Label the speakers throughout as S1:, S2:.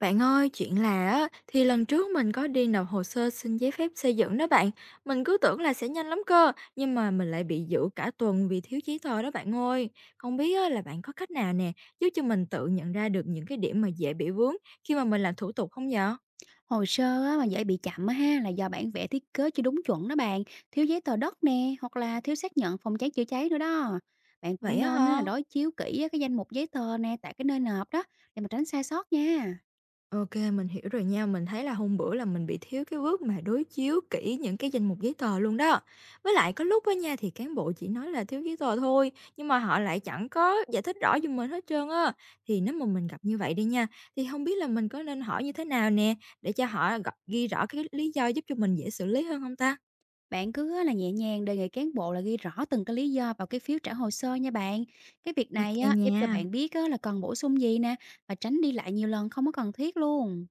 S1: Bạn ơi, chuyện là á, thì lần trước mình có đi nộp hồ sơ xin giấy phép xây dựng đó bạn. Mình cứ tưởng là sẽ nhanh lắm cơ, nhưng mà mình lại bị giữ cả tuần vì thiếu giấy tờ đó bạn ơi. Không biết á, là bạn có cách nào nè, giúp cho mình tự nhận ra được những cái điểm mà dễ bị vướng khi mà mình làm thủ tục không dạ?
S2: Hồ sơ á, mà dễ bị chậm á ha là do bản vẽ thiết kế chưa đúng chuẩn đó bạn, thiếu giấy tờ đất nè, hoặc là thiếu xác nhận phòng cháy chữa cháy nữa đó. Bạn
S1: Vậy
S2: cũng
S1: á
S2: nên á, là
S1: hả?
S2: đối chiếu kỹ á, cái danh mục giấy tờ nè tại cái nơi nộp đó để mà tránh sai sót nha.
S1: OK, mình hiểu rồi nha. Mình thấy là hôm bữa là mình bị thiếu cái bước mà đối chiếu kỹ những cái danh mục giấy tờ luôn đó. Với lại có lúc á nha thì cán bộ chỉ nói là thiếu giấy tờ thôi, nhưng mà họ lại chẳng có giải thích rõ giùm mình hết trơn á. Thì nếu mà mình gặp như vậy đi nha, thì không biết là mình có nên hỏi như thế nào nè, để cho họ gọ ghi rõ cái lý do giúp cho mình dễ xử lý hơn không ta?
S2: Bạn cứ á, là nhẹ nhàng đề nghị cán bộ là ghi rõ từng cái lý do vào cái phiếu trả hồ sơ nha bạn. Cái việc
S1: OK
S2: này á, giúp cho
S1: nha.
S2: bạn biết á, là cần bổ sung gì nè và tránh đi lại nhiều lần không có cần thiết luôn.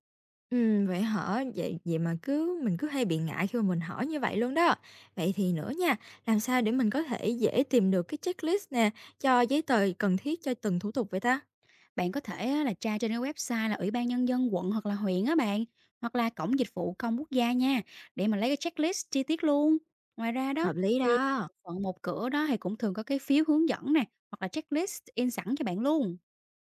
S1: Vậy hả? Vậy vậy mà mình cứ hay bị ngại khi mà mình hỏi như vậy luôn đó. Vậy thì nữa nha, làm sao để mình có thể dễ tìm được cái checklist nè, cho giấy tờ cần thiết cho từng thủ tục vậy ta?
S2: Bạn có thể á, là tra trên cái website là Ủy ban Nhân dân quận hoặc là huyện á bạn, hoặc là Cổng Dịch vụ Công Quốc gia nha, để mà lấy cái checklist chi tiết luôn. Ngoài ra đó,
S1: Hợp lý
S2: thì
S1: đó.
S2: phận một cửa đó thì cũng thường có cái phiếu hướng dẫn nè, hoặc là checklist in sẵn cho bạn luôn.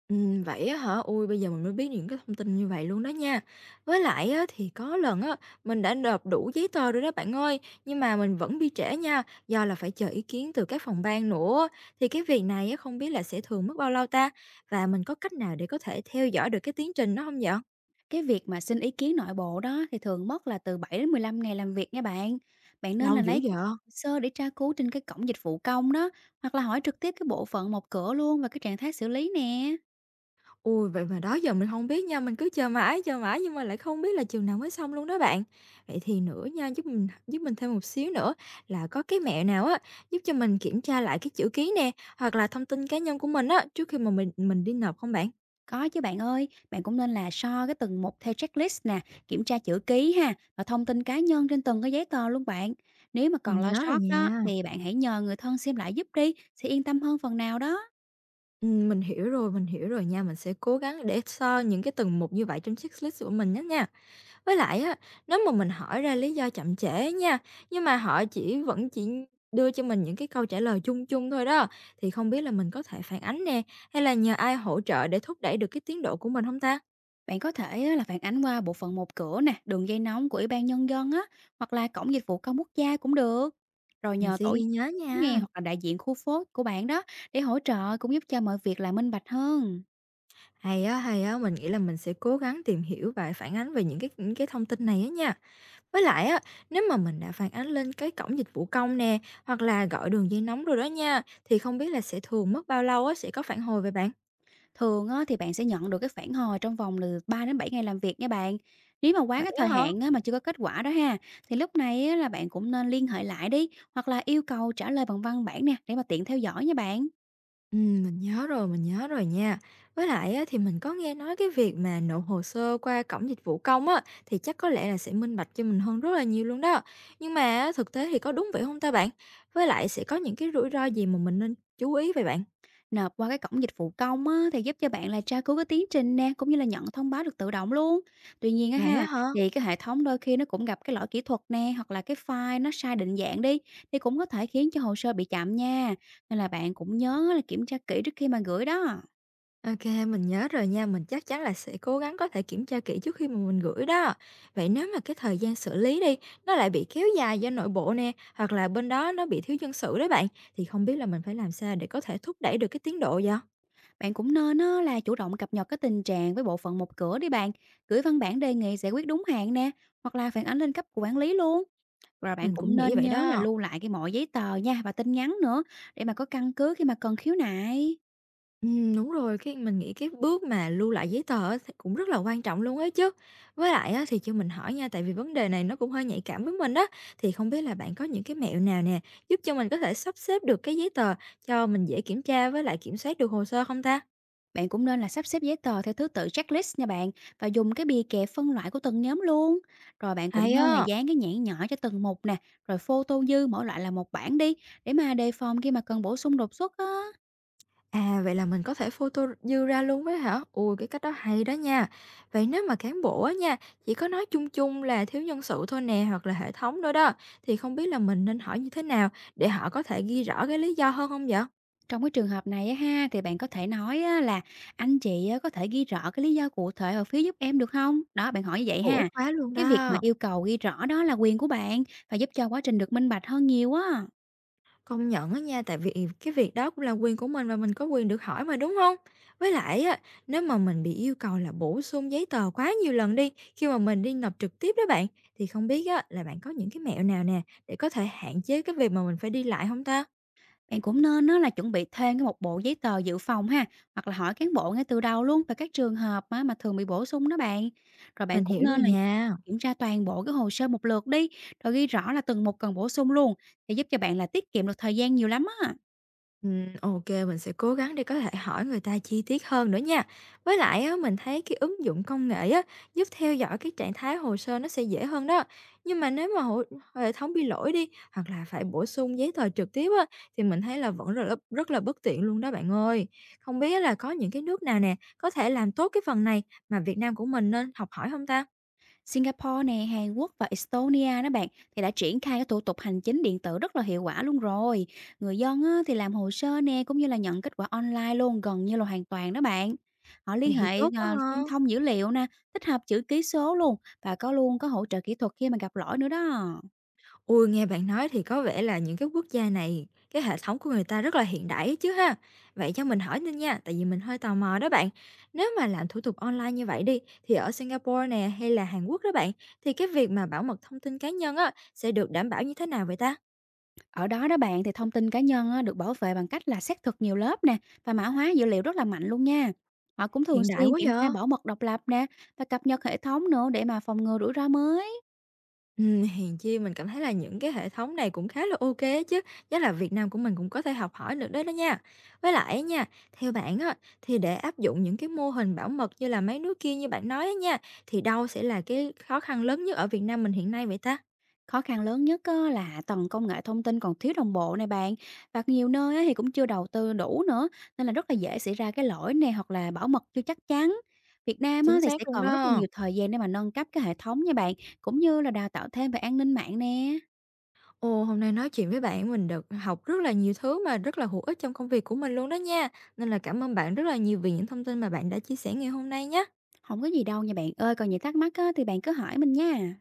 S1: Vậy á hả? Ôi, bây giờ mình mới biết những cái thông tin như vậy luôn đó nha. Với lại á, thì có lần á, mình đã nộp đủ giấy tờ rồi đó bạn ơi, nhưng mà mình vẫn bị trễ nha, do là phải chờ ý kiến từ các phòng ban nữa. Thì cái việc này á, không biết là sẽ thường mất bao lâu ta? Và mình có cách nào để có thể theo dõi được cái tiến trình đó không vậy?
S2: Cái việc mà xin ý kiến nội bộ đó thì thường mất là từ 7 đến 15 ngày làm việc nha bạn. Bạn nên
S1: Lâu
S2: là
S1: dữ
S2: lấy cái
S1: vậy?
S2: hồ sơ để tra cứu trên cái cổng dịch vụ công đó, hoặc là hỏi trực tiếp cái bộ phận một cửa luôn và cái trạng thái xử lý nè.
S1: Ui vậy mà đó giờ mình không biết nha, mình cứ chờ mãi nhưng mà lại không biết là chừng nào mới xong luôn đó bạn. Vậy thì nữa nha, giúp mình thêm một xíu nữa là có cái mẹo nào á, giúp cho mình kiểm tra lại cái chữ ký nè, hoặc là thông tin cá nhân của mình á, trước khi mà mình đi nộp không bạn?
S2: Có chứ bạn ơi, bạn cũng nên là so cái từng mục theo checklist nè, kiểm tra chữ ký ha và thông tin cá nhân trên từng cái giấy tờ luôn bạn. Nếu mà
S1: Mình
S2: còn lo
S1: nhớ rồi
S2: sót đó
S1: nha.
S2: thì bạn hãy nhờ người thân xem lại giúp đi sẽ yên tâm hơn phần nào đó.
S1: Mình hiểu rồi nha, mình sẽ cố gắng để so những cái từng mục như vậy trong checklist của mình nhé nha. Với lại á, nếu mà mình hỏi ra lý do chậm trễ nha, nhưng mà họ vẫn chỉ đưa cho mình những cái câu trả lời chung chung thôi đó, thì không biết là mình có thể phản ánh nè, hay là nhờ ai hỗ trợ để thúc đẩy được cái tiến độ của mình không ta?
S2: Bạn có thể á, là phản ánh qua bộ phận một cửa nè, đường dây nóng của Ủy ban Nhân dân á, hoặc là cổng dịch vụ công quốc gia cũng được. Rồi
S1: Mình
S2: nhờ
S1: sẽ
S2: tổ
S1: ghi nhớ
S2: nghe
S1: nha.
S2: hoặc là đại diện khu phố của bạn đó để hỗ trợ cũng giúp cho mọi việc là minh bạch hơn.
S1: Hay á, mình nghĩ là mình sẽ cố gắng tìm hiểu và phản ánh về những cái thông tin này á nha. Với lại á, nếu mà mình đã phản ánh lên cái cổng dịch vụ công nè, hoặc là gọi đường dây nóng rồi đó nha, thì không biết là sẽ thường mất bao lâu á, sẽ có phản hồi về bạn?
S2: Thường á, thì bạn sẽ nhận được cái phản hồi trong vòng từ 3 đến 7 ngày làm việc nha bạn. Nếu mà quá
S1: Vậy
S2: cái
S1: á
S2: thời
S1: hả?
S2: hạn á, mà chưa có kết quả đó ha, thì lúc này á, là bạn cũng nên liên hệ lại đi, hoặc là yêu cầu trả lời bằng văn bản nè, để mà tiện theo dõi nha bạn.
S1: Mình nhớ rồi nha. Với lại á, thì mình có nghe nói cái việc mà nộp hồ sơ qua cổng dịch vụ công á, thì chắc có lẽ là sẽ minh bạch cho mình hơn rất là nhiều luôn đó. Nhưng mà á, thực tế thì có đúng vậy không ta bạn? Với lại sẽ có những cái rủi ro gì mà mình nên chú ý vậy bạn?
S2: Nộp qua cái cổng dịch vụ công á, thì giúp cho bạn là tra cứu cái tiến trình nè, cũng như là nhận thông báo được tự động luôn. Tuy nhiên á
S1: Vậy á
S2: ha,
S1: hả?
S2: thì cái hệ thống đôi khi nó cũng gặp cái lỗi kỹ thuật nè, hoặc là cái file nó sai định dạng đi, thì cũng có thể khiến cho hồ sơ bị chậm nha. Nên là bạn cũng nhớ là kiểm tra kỹ trước khi mà gửi đó.
S1: OK, mình nhớ rồi nha, mình chắc chắn là sẽ cố gắng có thể kiểm tra kỹ trước khi mà mình gửi đó. Vậy nếu mà cái thời gian xử lý đi, nó lại bị kéo dài do nội bộ nè, hoặc là bên đó nó bị thiếu nhân sự đó bạn, thì không biết là mình phải làm sao để có thể thúc đẩy được cái tiến độ vậy?
S2: Bạn cũng nên á, là chủ động cập nhật cái tình trạng với bộ phận một cửa đi bạn, gửi văn bản đề nghị giải quyết đúng hạn nè, hoặc là phản ánh lên cấp của quản lý luôn. Rồi bạn
S1: Mình cũng
S2: cũng
S1: nghĩ
S2: nên
S1: vậy
S2: nhớ là
S1: đó.
S2: lưu lại cái mọi giấy tờ nha và tin nhắn nữa, để mà có căn cứ khi mà cần khiếu nại.
S1: Đúng rồi, khi mình nghĩ cái bước mà lưu lại giấy tờ á thì cũng rất là quan trọng luôn ấy chứ. Với lại á thì cho mình hỏi nha, tại vì vấn đề này nó cũng hơi nhạy cảm với mình đó thì không biết là bạn có những cái mẹo nào nè, giúp cho mình có thể sắp xếp được cái giấy tờ cho mình dễ kiểm tra với lại kiểm soát được hồ sơ không ta?
S2: Bạn cũng nên là sắp xếp giấy tờ theo thứ tự checklist nha bạn, và dùng cái bìa kẹp phân loại của từng nhóm luôn. Rồi bạn cũng
S1: Hay
S2: nên là
S1: á!
S2: dán cái nhãn nhỏ cho từng mục nè, rồi photo dư mỗi loại là một bản đi, để mà đề phòng khi mà cần bổ sung đột xuất á.
S1: À, vậy là mình có thể photo dư ra luôn á hả? Ui cái cách đó hay đó nha. Vậy nếu mà cán bộ á nha, chỉ có nói chung chung là thiếu nhân sự thôi nè, hoặc là hệ thống nữa đó, thì không biết là mình nên hỏi như thế nào để họ có thể ghi rõ cái lý do hơn không vậy?
S2: Trong cái trường hợp này á ha, thì bạn có thể nói á là: "Anh chị á có thể ghi rõ cái lý do cụ thể ở phía giúp em được không?" Đó, bạn hỏi như vậy
S1: Hữu ích
S2: ha.
S1: quá luôn
S2: Cái việc mà
S1: đó.
S2: yêu cầu ghi rõ đó là quyền của bạn và giúp cho quá trình được minh bạch hơn nhiều á.
S1: Công nhận á nha, tại vì cái việc đó cũng là quyền của mình và mình có quyền được hỏi mà, đúng không? Với lại á, nếu mà mình bị yêu cầu là bổ sung giấy tờ quá nhiều lần đi, khi mà mình đi nộp trực tiếp đó bạn, thì không biết á là bạn có những cái mẹo nào nè để có thể hạn chế cái việc mà mình phải đi lại không ta?
S2: Bạn cũng nên á là chuẩn bị thêm cái một bộ giấy tờ dự phòng ha, hoặc là hỏi cán bộ ngay từ đầu luôn về các trường hợp á mà thường bị bổ sung đó bạn. Rồi bạn
S1: Mình
S2: cũng
S1: hiểu rồi
S2: nên là
S1: nha.
S2: kiểm tra toàn bộ cái hồ sơ một lượt đi, rồi ghi rõ là từng một cần bổ sung luôn, để giúp cho bạn là tiết kiệm được thời gian nhiều lắm á.
S1: Ô mình sẽ cố gắng để có thể hỏi người ta chi tiết hơn nữa nha. Với lại á, mình thấy cái ứng dụng công nghệ á, giúp theo dõi cái trạng thái hồ sơ nó sẽ dễ hơn đó. Nhưng mà nếu mà hệ thống bị lỗi đi, hoặc là phải bổ sung giấy tờ trực tiếp á, thì mình thấy là vẫn rất là bất tiện luôn đó bạn ơi. Không biết á là có những cái nước nào nè, có thể làm tốt cái phần này mà Việt Nam của mình nên học hỏi không ta?
S2: Singapore nè, Hàn Quốc và Estonia đó bạn thì đã triển khai cái thủ tục hành chính điện tử rất là hiệu quả luôn rồi. Người dân á, thì làm hồ sơ nè cũng như là nhận kết quả online luôn gần như là hoàn toàn đó bạn. Họ
S1: Vậy thì tốt quá ha.
S2: liên thông dữ liệu nè, tích hợp chữ ký số luôn và có hỗ trợ kỹ thuật khi mà gặp lỗi nữa đó.
S1: Ui nghe bạn nói thì có vẻ là những cái quốc gia này, cái hệ thống của người ta rất là hiện đại ấy chứ ha. Vậy cho mình hỏi nên nha, tại vì mình hơi tò mò đó bạn. Nếu mà làm thủ tục online như vậy đi, thì ở Singapore nè hay là Hàn Quốc đó bạn, thì cái việc mà bảo mật thông tin cá nhân á, sẽ được đảm bảo như thế nào vậy ta?
S2: Ở đó đó bạn thì thông tin cá nhân á, được bảo vệ bằng cách là xác thực nhiều lớp nè và mã hóa dữ liệu rất là mạnh luôn nha. Họ cũng thường
S1: Hiện đại
S2: xuyên
S1: quá
S2: kiểm
S1: vậy.
S2: tra bảo mật độc lập nè và cập nhật hệ thống nữa để mà phòng ngừa rủi ro mới.
S1: Hèn chi mình cảm thấy là những cái hệ thống này cũng khá là ok á chứ, chắc là Việt Nam của mình cũng có thể học hỏi được đó đó nha. Với lại á nha, theo bạn á, thì để áp dụng những cái mô hình bảo mật như là mấy nước kia như bạn nói á nha, thì đâu sẽ là cái khó khăn lớn nhất ở Việt Nam mình hiện nay vậy ta?
S2: Khó khăn lớn nhất á là tầng công nghệ thông tin còn thiếu đồng bộ này bạn, và nhiều nơi á thì cũng chưa đầu tư đủ nữa, nên là rất là dễ xảy ra cái lỗi này hoặc là bảo mật chưa chắc chắn. Việt Nam á
S1: Chính
S2: thì
S1: xác
S2: sẽ
S1: luôn
S2: còn rất là
S1: đó.
S2: nhiều thời gian để mà nâng cấp cái hệ thống nha bạn, cũng như là đào tạo thêm về an ninh mạng nè.
S1: Ồ, hôm nay nói chuyện với bạn mình được học rất là nhiều thứ mà rất là hữu ích trong công việc của mình luôn đó nha, nên là cảm ơn bạn rất là nhiều vì những thông tin mà bạn đã chia sẻ ngày hôm nay nhé.
S2: Không có gì đâu nha bạn ơi, còn những thắc mắc á thì bạn cứ hỏi mình nha.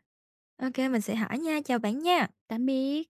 S1: OK mình sẽ hỏi nha, chào bạn nha.
S2: Tạm biệt.